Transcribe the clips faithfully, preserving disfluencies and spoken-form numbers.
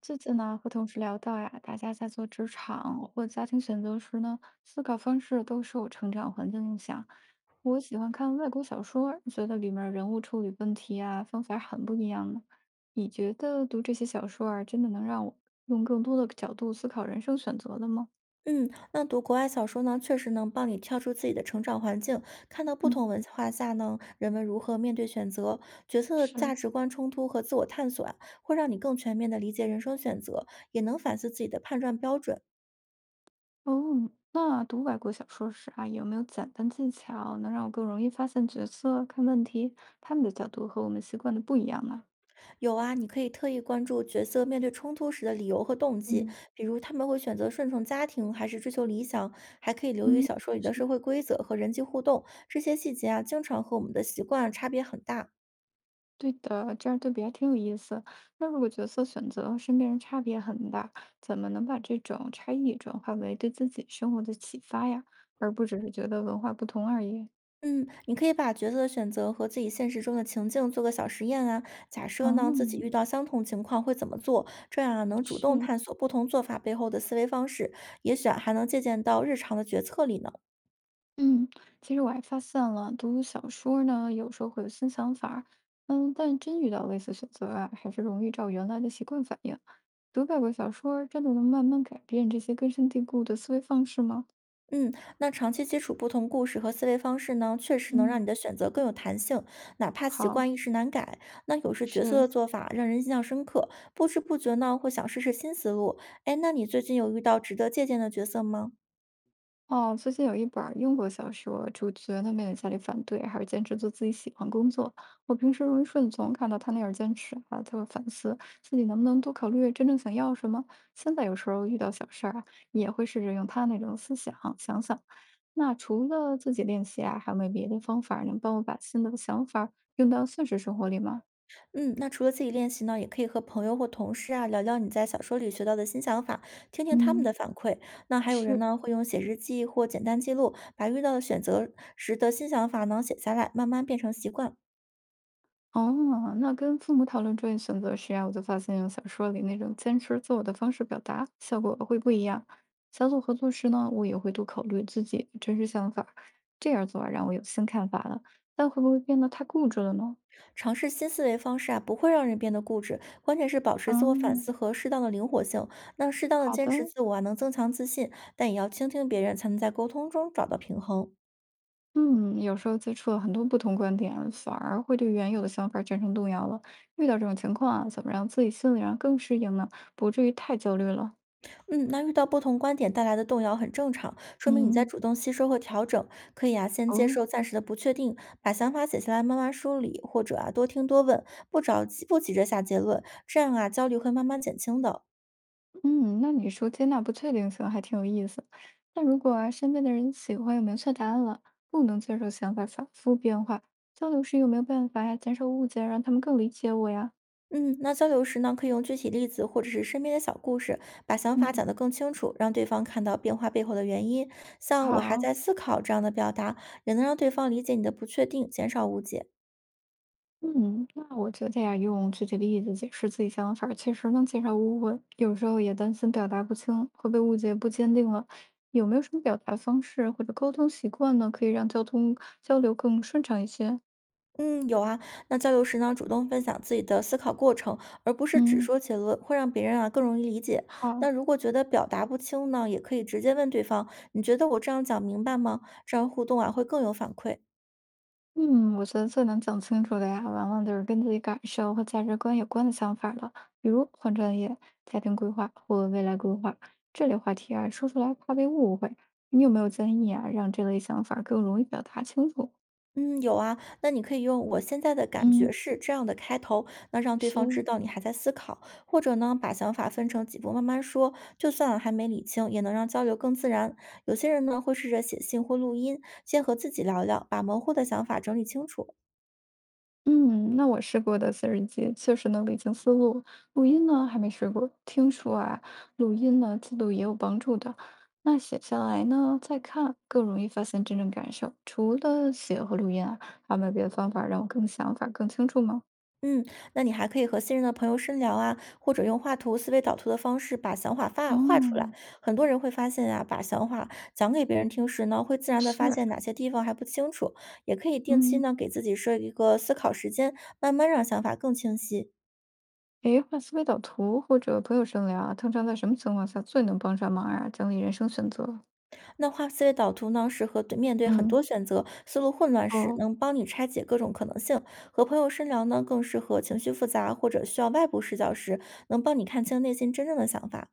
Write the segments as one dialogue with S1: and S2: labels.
S1: 最近呢，和同事聊到呀，大家在做职场或家庭选择时呢，思考方式都受成长环境影响。我喜欢看外国小说，觉得里面人物处理问题啊，方法很不一样呢。你觉得读这些小说啊，真的能让我用更多的角度思考人生选择的吗？
S2: 嗯，那读国外小说呢，确实能帮你跳出自己的成长环境，看到不
S1: 嗯，
S2: 同文化下呢，人们如何面对选择、角色的
S1: 是，
S2: 价值观冲突和自我探索啊，会让你更全面的理解人生选择，也能反思自己的判断标准。
S1: 哦，那读外国小说时啊，有没有简单技巧能让我更容易发现角色、看问题，他们的角度和我们习惯的不一样呢？
S2: 有啊，你可以特意关注角色面对冲突时的理由和动机，
S1: 嗯，
S2: 比如他们会选择顺从家庭还是追求理想，还可以留意小说里
S1: 嗯，
S2: 的
S1: 是。
S2: 社会规则和人际互动，这些细节啊，经常和我们的习惯差别很大。
S1: 对的，这样对比还挺有意思。那如果角色选择和身边人差别很大，怎么能把这种差异转化为对自己生活的启发呀？而不只是觉得文化不同而已。
S2: 嗯，你可以把角色的选择和自己现实中的情境做个小实验啊。假设呢，自己遇
S1: 嗯，
S2: 到相同情况会怎么做？这样啊，能主
S1: 是，
S2: 动探索不同做法背后的思维方式，也许啊还能借鉴到日常的决策里呢。
S1: 嗯，其实我还发现了，读小说呢，有时候会有新想法儿。嗯，但真遇到类似选择啊，还是容易照原来的习惯反应。读外国小说儿真的能慢慢改变这些根深蒂固的思维方式吗？
S2: 嗯，那长期接触不同故事和思维方式呢，确实能让
S1: 嗯，
S2: 你的选择更有弹性，哪怕习
S1: 好，
S2: 惯一时难改。那有时角色
S1: 是。
S2: 的做法让人印象深刻，不知不觉呢会想试试新思路。哎，那你最近有遇到值得借鉴的角色吗？
S1: 哦，最近有一本儿英国小说，主角呢面对家里反对，还是坚持做自己喜欢工作。我平时容易顺从，看到他那样坚持啊，他会反思自己能不能多考虑真正想要什么。现在有时候遇到小事儿啊，也会试着用他那种思想想想。那除了自己练习啊，还有没有别的方法儿能帮我把新的想法儿用到现实生活里吗？
S2: 嗯，那除了自己练习呢，也可以和朋友或同事啊聊聊你在小说里学到的新想法，听听他们
S1: 嗯，
S2: 的反馈。那还有人
S1: 是。
S2: 呢，会用写日记或简单记录，把遇到的选择时的新想法呢写下来，慢慢变成习惯。
S1: 哦，那跟父母讨论专业选择时啊，我就发现用小说里那种坚持自我的方式表达，效果会不一样。小组合作时呢，我也会多考虑自己的真实想法，这样做啊让我有新看法了。但会不会变得太固执了呢？
S2: 尝试新思维方式啊，不会让人变得固执，关键是保持自我反
S1: 嗯，
S2: 思和适当的灵活性。那适当的
S1: 好
S2: 坚
S1: 的。
S2: 持自我啊，能增强自信，但也要倾听别人，才能在沟通中找到平衡。
S1: 嗯，有时候接触了很多不同观点，反而会对原有的想法产生动摇了。遇到这种情况啊，怎么让自己心理上更适应呢？不至于太焦虑了。
S2: 嗯，那遇到不同观点带来的动摇很正常，说明你在
S1: 嗯，
S2: 主动吸收和调整。可以啊，先接
S1: 哦。
S2: 受暂时的不确定，把想法写下来慢慢梳理，或者啊多听多问，不着急不急着下结论，这样啊焦虑会慢慢减轻的。
S1: 嗯，那你说接纳不确定性还挺有意思。那如果啊身边的人喜欢有明确答案了，不能接受想法反复变化，交流时有没有办法呀减少误解，让他们更理解我呀？
S2: 嗯，那交流时呢，可以用具体例子或者是身边的小故事，把想法
S1: 嗯，
S2: 讲得更清楚，让对方看到变化背后的原因。像我还
S1: 好，
S2: 在思考这样的表达，也能让对方理解你的不确定，减少误解。
S1: 嗯，那我觉得呀，用具体例子解释自己想法确实能减少误会。有时候也担心表达不清会被误解不坚定了。有没有什么表达方式或者沟通习惯呢，可以让交通交流更顺畅一些？
S2: 嗯，有啊。那交流时呢，主动分享自己的思考过程，而不是只
S1: 嗯，
S2: 说结论，会让别人啊更容易理解。
S1: 好。
S2: 那如果觉得表达不清呢，也可以直接问对方：“你觉得我这样讲明白吗？”这样互动啊会更有反馈。
S1: 嗯，我觉得最能讲清楚的呀，往往就是跟自己感受和价值观有关的想法了，比如换专业、家庭规划或未来规划这类话题啊，说出来怕被误会。你有没有建议啊，让这类想法更容易表达清楚？
S2: 嗯，有啊。那你可以用“我现在的感觉
S1: 嗯，
S2: 是”这样的开头，那让对方知
S1: 行。
S2: 道你还在思考，或者呢把想法分成几步慢慢说，就算还没理清，也能让交流更自然。有些人呢会试着写信或录音，先和自己聊聊，把模糊的想法整理清楚。
S1: 嗯，那我试过的写日记，确实能理清思路。录音呢，还没试过。听说啊，录音呢，记录也有帮助的。那写下来呢，再看更容易发现真正感受。除了写和录音啊，还有没有别的方法让我更想法更清楚吗？
S2: 嗯，那你还可以和信任的朋友深聊啊，或者用画图、思维导图的方式把想法发画出来。
S1: 哦，
S2: 很多人会发现啊，把想法讲给别人听时呢，会自然的发
S1: 是，
S2: 现哪些地方还不清楚。也可以定期
S1: 嗯，
S2: 呢，给自己设一个思考时间，慢慢让想法更清晰。
S1: 诶，画思维导图或者朋友深聊啊，通常在什么情况下最能帮上忙啊？整理人生选择。
S2: 那画思维导图呢，适合对面对很
S1: 嗯，
S2: 多选择、思路混乱时，
S1: 哦。
S2: 能帮你拆解各种可能性。和朋友深聊呢，更适合情绪复杂或者需要外部视角时，能帮你看清内心真正的想法。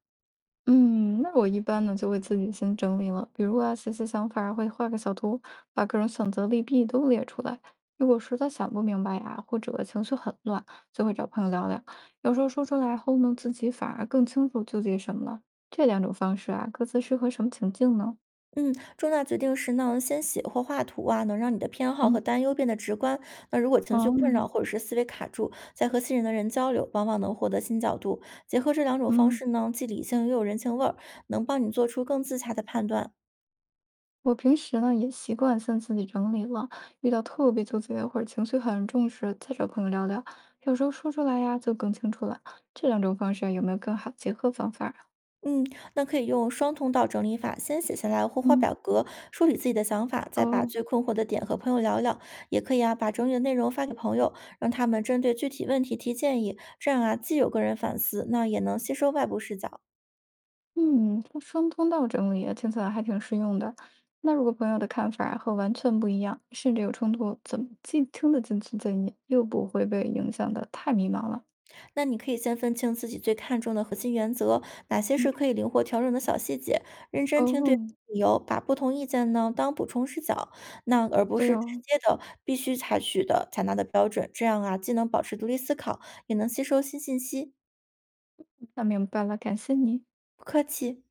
S1: 嗯，那我一般呢就会自己先整理了，比如啊，写写想法儿会画个小图，把各种选择利弊都列出来。如果实在想不明白呀、或者情绪很乱，就会找朋友聊聊。有时候说出来后呢，自己反而更清楚纠结什么了。这两种方式啊，各自适合什么情境呢？
S2: 嗯，重大决定时呢，先写或画图啊，能让你的偏好
S1: 嗯，
S2: 和担忧变得直观。那如果情绪困扰
S1: 哦，
S2: 或者是思维卡住，再和信任的人交流，往往能获得新角度。结合这两种方
S1: 嗯。
S2: 式呢，既理性又有人情味儿，能帮你做出更自洽的判断。
S1: 我平时呢也习惯先自己整理了，遇到特别纠结或者情绪很重时，再找朋友聊聊，有时候说出来呀就更清楚了。这两种方式啊有没有更好结合方法啊？
S2: 嗯，那可以用双通道整理法，先写下来或画
S1: 嗯，
S2: 表格，梳理自己的想法，再把
S1: 哦，
S2: 最困惑的点和朋友聊聊。也可以啊，把整理的内容发给朋友，让他们针对具体问题提建议，这样啊，既有个人反思，那也能吸收外部视角。
S1: 嗯，双双通道整理啊听起来还挺实用的。那如果朋友的看法和完全不一样，甚至有冲突，怎么既听得进去建议，又不会被影响的太迷茫了？
S2: 那你可以先分清自己最看重的核心原则，哪些是
S1: 嗯，
S2: 可以灵活调整的小细节，认真听对方
S1: 哦，
S2: 的理由，把不同意见呢当补充视角，那而不
S1: 对
S2: 是直
S1: 哦，
S2: 接的必须采取的采纳的标准。这样啊，既能保持独立思考，也能吸收新信息。
S1: 那明白了，感谢你。
S2: 不客气。